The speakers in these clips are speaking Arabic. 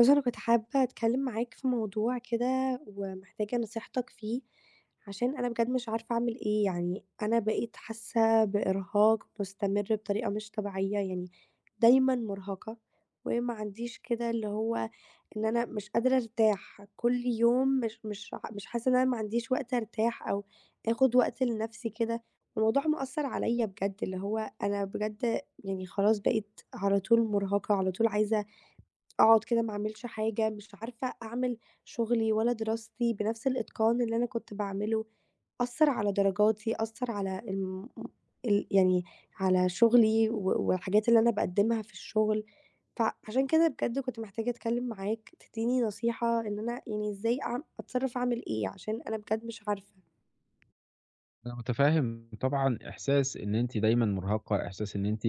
بُص، أنا كنت حابة أتكلم معاك في موضوع كده ومحتاجة نصيحتك فيه، عشان أنا بجد مش عارفة أعمل إيه، يعني أنا بقيت حاسة بإرهاق مستمر بطريقة مش طبيعية، يعني دايمًا مرهقة وما عنديش كده اللي هو إن أنا مش قادرة أرتاح، كل يوم مش حاسة إن أنا ما عنديش وقت أرتاح أو آخد وقت لنفسي كده، الموضوع مأثّر عليَّ بجد، اللي هو أنا بجد يعني خلاص بقيت على طول مرهقة، على طول عايزة أقعد كده ما اعملش حاجة، مش عارفة أعمل شغلي ولا دراستي بنفس الإتقان اللي أنا كنت باعمله، أثّر على درجاتي، أثّر على الم ال يعني على شغلي والحاجات اللي أنا باقدّمها في الشغل، فعشان كده بجد كنت محتاجة أتكلّم معاك تدّيني نصيحة إن أنا يعني إزاي أتصرّف أعمل إيه؟ عشان أنا بجد مش عارفة. أنا متفهم طبعًا إحساس إن أنتِ دايمًا مرهقة، إحساس إن أنتِ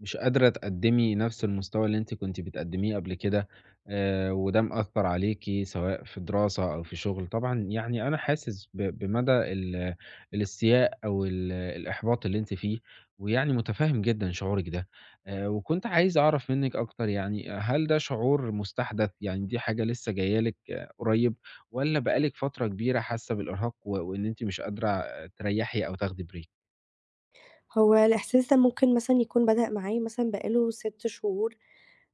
مش قادرة تقدّمي نفس المستوى اللي أنتِ كنتِ بتقدّميه قبل كده. وده مأثّر عليكِ سواء في دراسة أو في شغل. طبعًا يعني أنا حاسس بمدى الاستياء أو الإحباط اللي أنتِ فيه، ويعني متفهم جدًا شعورِك ده. وكنت عايز أعرف منِّك أكتر، يعني هل ده شعور مستحدث، يعني دي حاجة لسه جاية لِك قريب، والّا بقى لِك فترة كبيرة حاسة بالإرهاق وإن أنتِ مش قادرة تريّحي أو تاخدي بريك. هو الإحساس ده ممكن مثلًا يكون بدأ معايا مثلًا بقى له 6 شهور.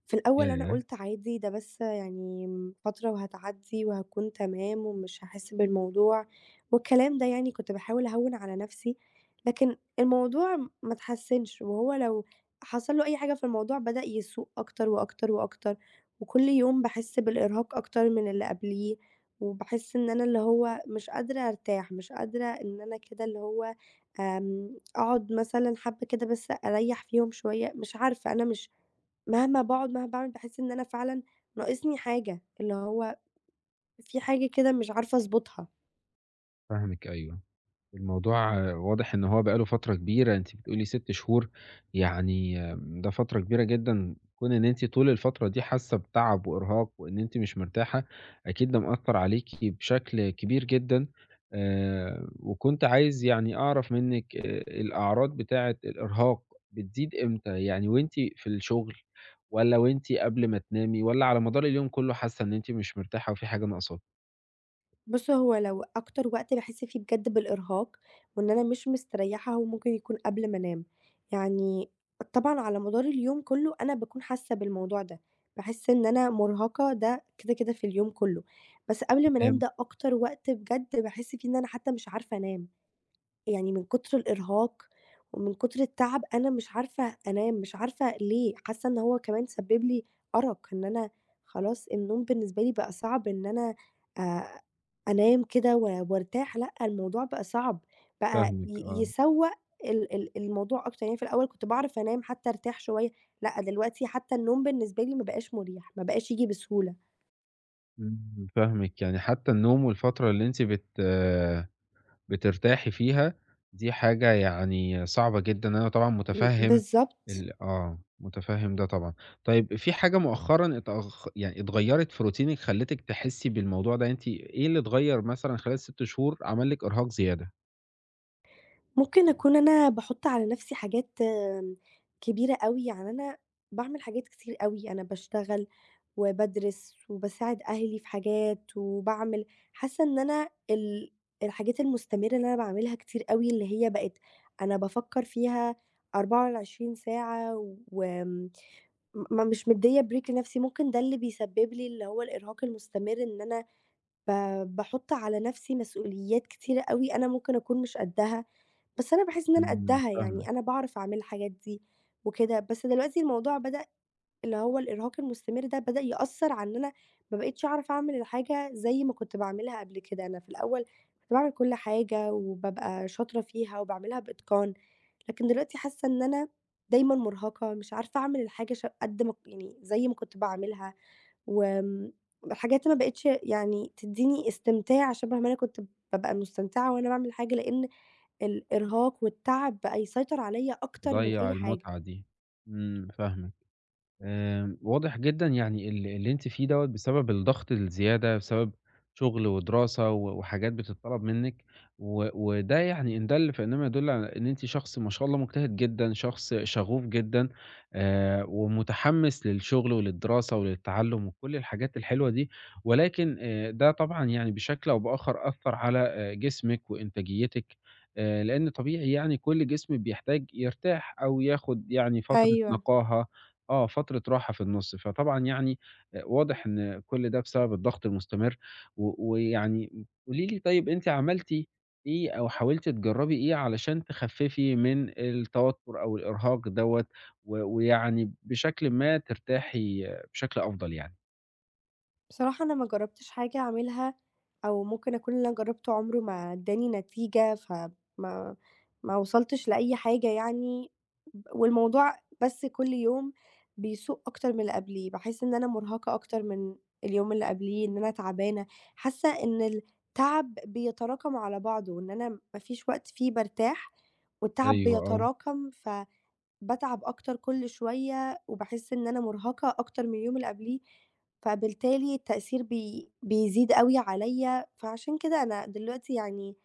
في الأول أنا ياه! قُلت عادي ده بس يعني فترة وهتعدّي وهاكون تمام ومش هاحس بالموضوع والكلام ده يعني كنت باحاول أهوّن على نَفْسي، لكن الموضوع ما اتحسّنش وهو لو حصل له أي حاجة في الموضوع بدأ يسوء أكتر وأكتر وأكتر، وكل يوم باحس بالإرهاق أكتر من اللي قبليه، وباحس إن أنا اللي هو مش قادرة أرتاح، مش قادرة إن أنا كده اللي هو آمم، أقعد مثلًا حبّة كده بس أريّح فيهم شوية، مش عارفة أنا مش مهما باقعد مهما باعمل باحس إن أنا فعلًا ناقصني حاجة، اللي هو في حاجة كده مش عارفة أضبطها. فاهمِك، أيوه. الموضوع واضح إن هو بقى له فترة كبيرة، أنتِ بتقولي 6 شهور، يعني ده فترة كبيرة جدًا. كون إن أنتِ طول الفترة دي حاسة بتعب وإرهاق وإن أنتِ مش مرتاحة، أكيد ده مأثّر عليكِ بشكل كبير جدًا. وكنت عايز يعني أعرف منِّك الأعراض بتاعة الإرهاق بتزيد إمتى؟ يعني وأنتِ في الشغل والّا وأنتِ قبل ما تنامي والّا على مدار اليوم كُلّه حاسة إن أنتِ مش مرتاحة وفي حاجة ناقصاكِ؟ بُص، هو لو أكتر وقت باحس فيه بجد بالإرهاق وإن أنا مش مستريحة هو ممكن يكون قبل ما أنام. يعني طبعًا على مدار اليوم كله أنا باكون حاسة بالموضوع ده، باحس إن أنا مرهقة ده كده، كده في اليوم كله، بس قبل ما أنام تمام. ده أكتر وقت بجد باحس فيه إن أنا حتى مش عارفة أنام. يعني من كتر الإرهاق ومن كتر التعب أنا مش عارفة أنام، مش عارفة ليه، حاسة إن هو كمان سبب لي أرق، إن أنا خلاص النوم بالنسبة لي بقى صعب إن أنا آآ أنام كده وارتاح، لأ الموضوع بقى صعب، بقى فاهمِك، آه. يسوّأ ال الموضوع أكتر، يعني في الأول كنت باعرف أنام حتى أرتاح شوية، لأ دلوقتي حتى النوم بالنسبة لي ما بقاش مريح، ما بقاش ييجي بسهولة. إمم، فاهمِك، يعني حتى النوم والفترة اللي أنتِ بترتاحي فيها دي حاجة يعني صعبة جدًا. أنا طبعًا متفهم بالضبط. ال آه، متفهم ده طبعًا. طيب في حاجة مؤخرًا اتأخ يعني اتغيرت في روتينِك خلتِك تحسي بالموضوع ده؟ أنتِ إيه اللي اتغير مثلًا خلال 6 شهور عمل لِك إرهاق زيادة؟ ممكن أكون أنا باحُط على نَفْسي حاجات كبيرة أوي، يعني أنا باعمل حاجات كتير أوي، أنا باشتغل وبادرس وباساعد أهلي في حاجات وباعمل حاسة إن أنا الحاجات المستمرة اللي أنا باعملها كتير أوي اللي هي بقت أنا بافكّر فيها 24 ساعة وآمم م مش مدّية break لنَفْسي، ممكن ده اللي بيسبب لي اللي هو الإرهاق المستمر إن أنا ب باحُط على نَفْسي مسؤوليات كتيرة أوي أنا ممكن أكون مش قدّها. بس أنا باحس إن أنا إمم، قدّها، فاهمِك. يعني أنا باعرف أعمل الحاجات دي وكده، بس دلوقتي الموضوع بدأ اللي هو الإرهاق المستمر ده بدأ يأثّر على إن أنا ما بقيتش أعرف أعمل الحاجة زي ما كنت باعملها قبل كده، أنا في الأول كنت باعمل كل حاجة وبابقى شاطرة فيها وباعملها بإتقان، لكن دلوقتي حاسة إن أنا دايمًا مُرهقة، مش عارفة أعمل الحاجة قد ما يعني زي ما كنت باعملها، وآمم الحاجات ما بقِتش يعني تدّيني استمتاع شَبه ما أنا كنت بابقى مستمتعة وأنا باعمل حاجة، لإن الإرهاق والتعب بقى يسيطر عليّا أكتر من بيضيّع أي حاجة. المتعة دي. إمم، فاهمِك. واضح جدًا يعني اللي أنتِ فيه دوّة بسبب الضغط الزيادة، بسبب شغل ودراسة وحاجات بتتطلب منِّك، وده يعني إن دل فإنما يدل على إن أنتِ شخص ما شاء الله مجتهد جدًا، شخص شغوف جدًا. ومتحمّس للشغل وللدراسة وللتعلُّم وكل الحاجات الحلوة دي، ولكن ده طبعًا يعني بشكل أو بآخر أثّر على جسمِك وإنتاجيتِك. لإن طبيعي يعني كل جسم بيحتاج يرتاح أو ياخد يعني فترة أيوه. نقاهة، فترة راحة في النُص. فطبعًا يعني واضح إن كل ده بسبب الضغط المستمر. ويعني قولي لي، طيب أنتِ عملتِ إيه أو حاولتِ تجرّبي إيه علشان تخفّفي من التوتُّر أو الإرهاق دوّة، ويعني بشكل ما ترتاحي بشكل أفضل يعني؟ بصراحة أنا ما جرّبتش حاجة أعملها أو ممكن أكون اللي أنا جرّبته عمره ما ادّاني نتيجة، فما ما وصلتش لأي حاجة يعني، والموضوع بس كل يوم بيسوء أكتر من اللي قبليه، باحس إن أنا مرهقة أكتر من اليوم اللي قبليه، إن أنا تعبانة، حاسة إن التعب بيتراكم على بعضه، إن أنا ما فيش وقت فيه بارتاح والتعب أيوه، آه. بيتراكم باتعب أكتر كل شوية، وباحس إن أنا مُرهقة أكتر من اليوم اللي قبليه، فبالتالي التأثير بيزيد أوي عليَّ، فعشان كده أنا دلوقتي يعني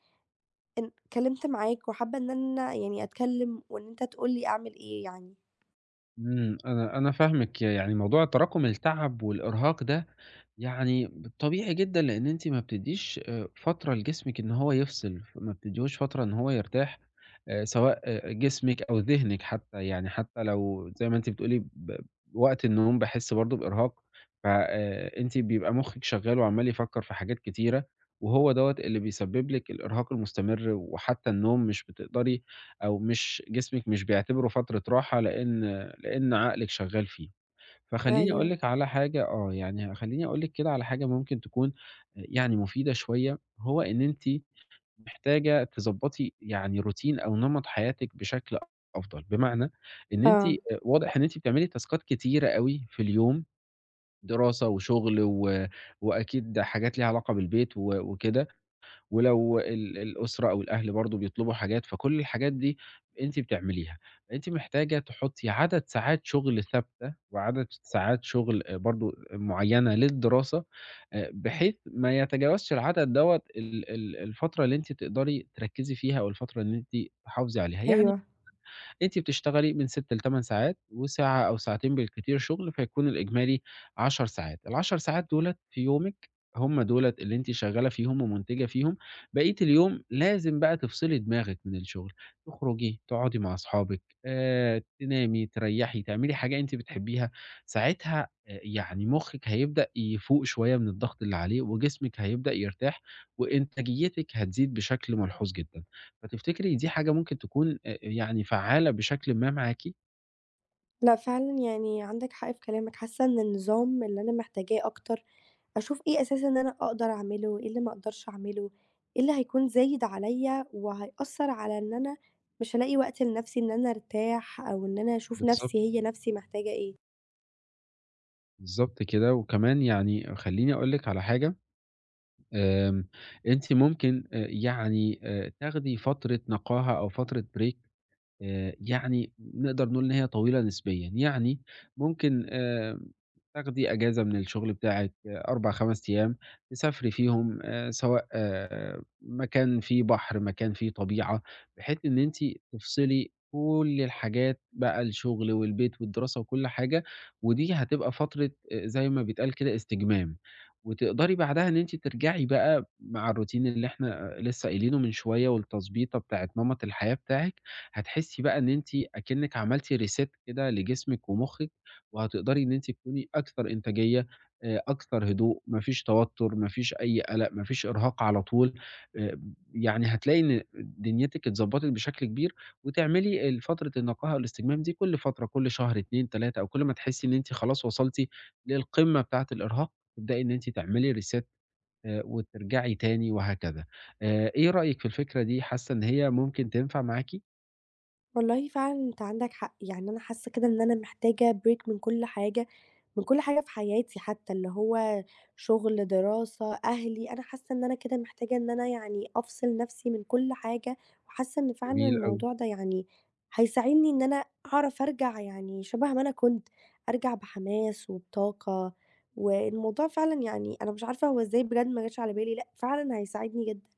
إن اتكلمت معاك وحابة إن أنا يعني أتكلم وإن أنت تقول لي أعمل إيه يعني. إمم، أنا فاهمِك. يعني موضوع تراكُم التعب والإرهاق ده يعني طبيعي جدًا، لإن أنتِ ما بتدّيش فترة لجسمِك إن هو يفصل، ما بتدّيهوش فترة إن هو يرتاح، سواء جسمِك أو ذهنِك حتى. يعني حتى لو زي ما أنتِ بتقولي وقت النوم باحس برضه بإرهاق، ف أنتِ بيبقى مُخِّك شغّال وعمّال يفكّر في حاجات كتيرة، وهو دوّة اللي بيسبب لِك الإرهاق المستمر، وحتى النوم مش بتقدري أو مش جسمِك مش بيعتبره فترة راحة لإن عقلِك شغال فيه. فخلّيني أقول أيوه، لِك على حاجة، يعني خلّيني أقول لِك كده على حاجة ممكن تكون، يعني مفيدة شوية. هو إن أنتِ محتاجة تضبّطي يعني روتين أو نمط حياتِك بشكل أفضل، بمعنى إن أنتِ، آه، واضح إن أنتِ بتعملي تاسكات كتيرة أوي في اليوم، دراسة وشغل وأكيد حاجات ليها علاقة بالبيت وكده. ولو الأسرة أو الأهل برضه بيطلبوا حاجات، فكل الحاجات دي أنتِ بتعمليها. أنتِ محتاجة تحطّي عدد ساعات شغل ثابتة وعدد ساعات شغل برضه معيّنة للدراسة، بحيث ما يتجاوزش العدد دوّة ال ال الفترة اللي أنتِ تقدري تركّزي فيها أو الفترة اللي أنتِ تحافظي عليها. يعني أيوه. أنتِ بتشتغلي من 6 ل8 ساعات وساعة أو ساعتين بالكتير شغل، فيكون الإجمالي 10 ساعات. ال10 ساعات دُولة في يومِك، هم دُولة اللي أنتِ شغّالة فيهم ومُنتِجة فيهم. بقية اليوم لازم بقى تفصلي دماغِك من الشغل، تخرجي، تقعدي مع أصحابِك، تنامي، تريّحي، تعملي حاجة أنتِ بتحبيها. ساعتها يعني مُخِّك هيبدأ يفوق شوية من الضغط اللي عليه، وجسمِك هيبدأ يرتاح، وإنتاجيتِك هتزيد بشكل ملحوظ جدًا. فتفتكري دي حاجة ممكن تكون يعني فعّالة بشكلٍ ما معاكِ؟ لأ فعلًا يعني عندك حق في كلامك، حاسة إن النظام اللي أنا محتاجاه أكتر أشوف إيه أساسًا ان أنا أقدر أعمله، إيه اللي ما أقدرش أعمله، إيه اللي هيكون زايد عليَّ وهيأثّر على إن أنا مش هالاقي وقت لنفسي إن أنا أرتاح أو إن أنا أشوف نفسي بالضبط، هي نفسي محتاجة إيه. بالضبط كده. وكمان يعني خلّيني أقول لِك على حاجة. آمم أنتِ ممكن، يعني، تاخدي فترة نقاهة أو فترة break، يعني نقدر نقول إن هي طويلة نسبيًا. يعني ممكن تاخدي أجازة من الشغل بتاعِك 4، 5 أيام تسافري فيهم، سواء مكان فيه بحر، مكان فيه طبيعة، بحيث إن أنتِ تفصلي كل الحاجات بقى، الشغل والبيت والدراسة وكل حاجة. ودي هتبقى فترة، زي ما بيتقال كده، استجمام. وتقدري بعدها إن أنتِ ترجعي بقى مع الروتين اللي إحنا لسه قايلينه من شوية، والتضبيطة بتاعة نمط الحياة بتاعِك. هتحسي بقى إن أنتِ أكنِك عملتِ reset كده لجسمِك ومخِّك، وهتقدري إن أنتِ تكوني أكثر إنتاجية، أكثر هدوء، ما فيش توتر، ما فيش أي قلق، ما فيش إرهاق على طول. آآ يعني هتلاقي إن دنيتِك اتضبطت بشكل كبير. وتعملي فترة النقاهة والإستجمام دي كل فترة، كل شهر 2، 3 أو كل ما تحسي إن أنتِ خلاص وصلتِ للقمة بتاعة الإرهاق، تبدئي إن أنتِ تعملي reset وترجعي تاني وهكذا. إيه رأيِك في الفكرة دي، حاسة إن هي ممكن تنفع معاكِ؟ والله فعلًا أنت عندك حق، يعني أنا حاسة كده إن أنا محتاجة break من كل حاجة، من كل حاجة في حياتي حتى، اللي هو شغل، دراسة، أهلي، أنا حاسة إن أنا كده محتاجة إن أنا يعني أفصل نفسي من كل حاجة، وحاسة إن فعلًا جميل أوي. الموضوع ده يعني هيساعدني إن أنا أعرف أرجع يعني شبه ما أنا كنت، أرجع بحماس وبطاقة، والموضوع فعلًا يعني أنا مش عارفة هو إزاي بجد ما جاش على بالي، لأ فعلًا هيساعدني جدًا.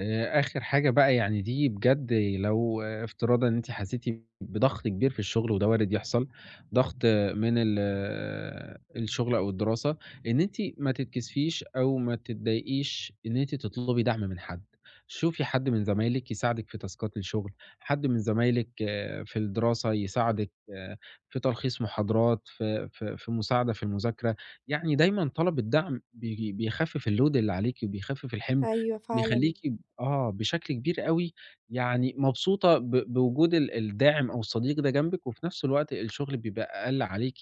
آخر حاجة بقى، يعني دي بجد لو افتراضًا إن أنتِ حسيتِ بضغط كبير في الشغل وده وارد يحصل، ضغط من ال آه، الشغل أو الدراسة، إن أنتِ ما تتكسفيش أو ما تتضايقيش إن أنتِ تطلبي دعم من حد. شوفي حد من زمايلِك يساعدِك في تاسكات الشغل، حد من زمايلِك في الدراسة يساعدِك، في تلخيص محاضرات، في مساعدة في المذاكرة. يعني دايمًا طلب الدعم بيخفف الload اللي عليكِ وبيخفف الحمل. أيوه فعلًا. بيخليكِ بشكل كبير أوي، يعني مبسوطة بوجود الداعم أو الصديق ده جنبِك، وفي نفس الوقت الشغل بيبقى أقل عليكِ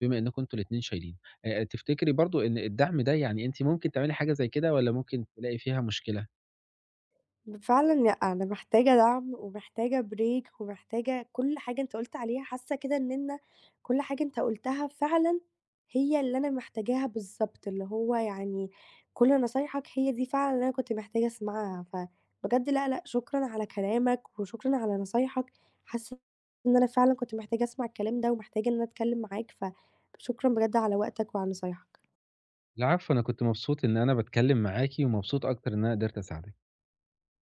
بما إنكم أنتم الاتنين شايلين. تفتكري برضه إن الدعم ده، يعني أنتِ ممكن تعملي حاجة زي كده والّا ممكن تلاقي فيها مشكلة؟ فعلًا لأ، أنا محتاجة دعم، ومحتاجة break ومحتاجة كل حاجة أنت قُلت عليها، حاسة كده إن أنا كل حاجة أنت قُلتها فعلًا هي اللي أنا محتاجاها بالضبط، اللي هو يعني كل نصايحك هي دي فعلًا اللي أنا كنت محتاجة أسمعها، فبجد لأ، لأ، شكرًا على كلامك وشكرًا على نصايحك، حاسة إن أنا فعلًا كنت محتاجة أسمع الكلام ده ومحتاجة إن أنا أتكلم معاك، فشكرًا بجد على وقتك وعلى نصايحك. العفو، أنا كنت مبسوط إن أنا باتكلم معاكِ، ومبسوط أكتر إن أنا قدرت أساعدِك.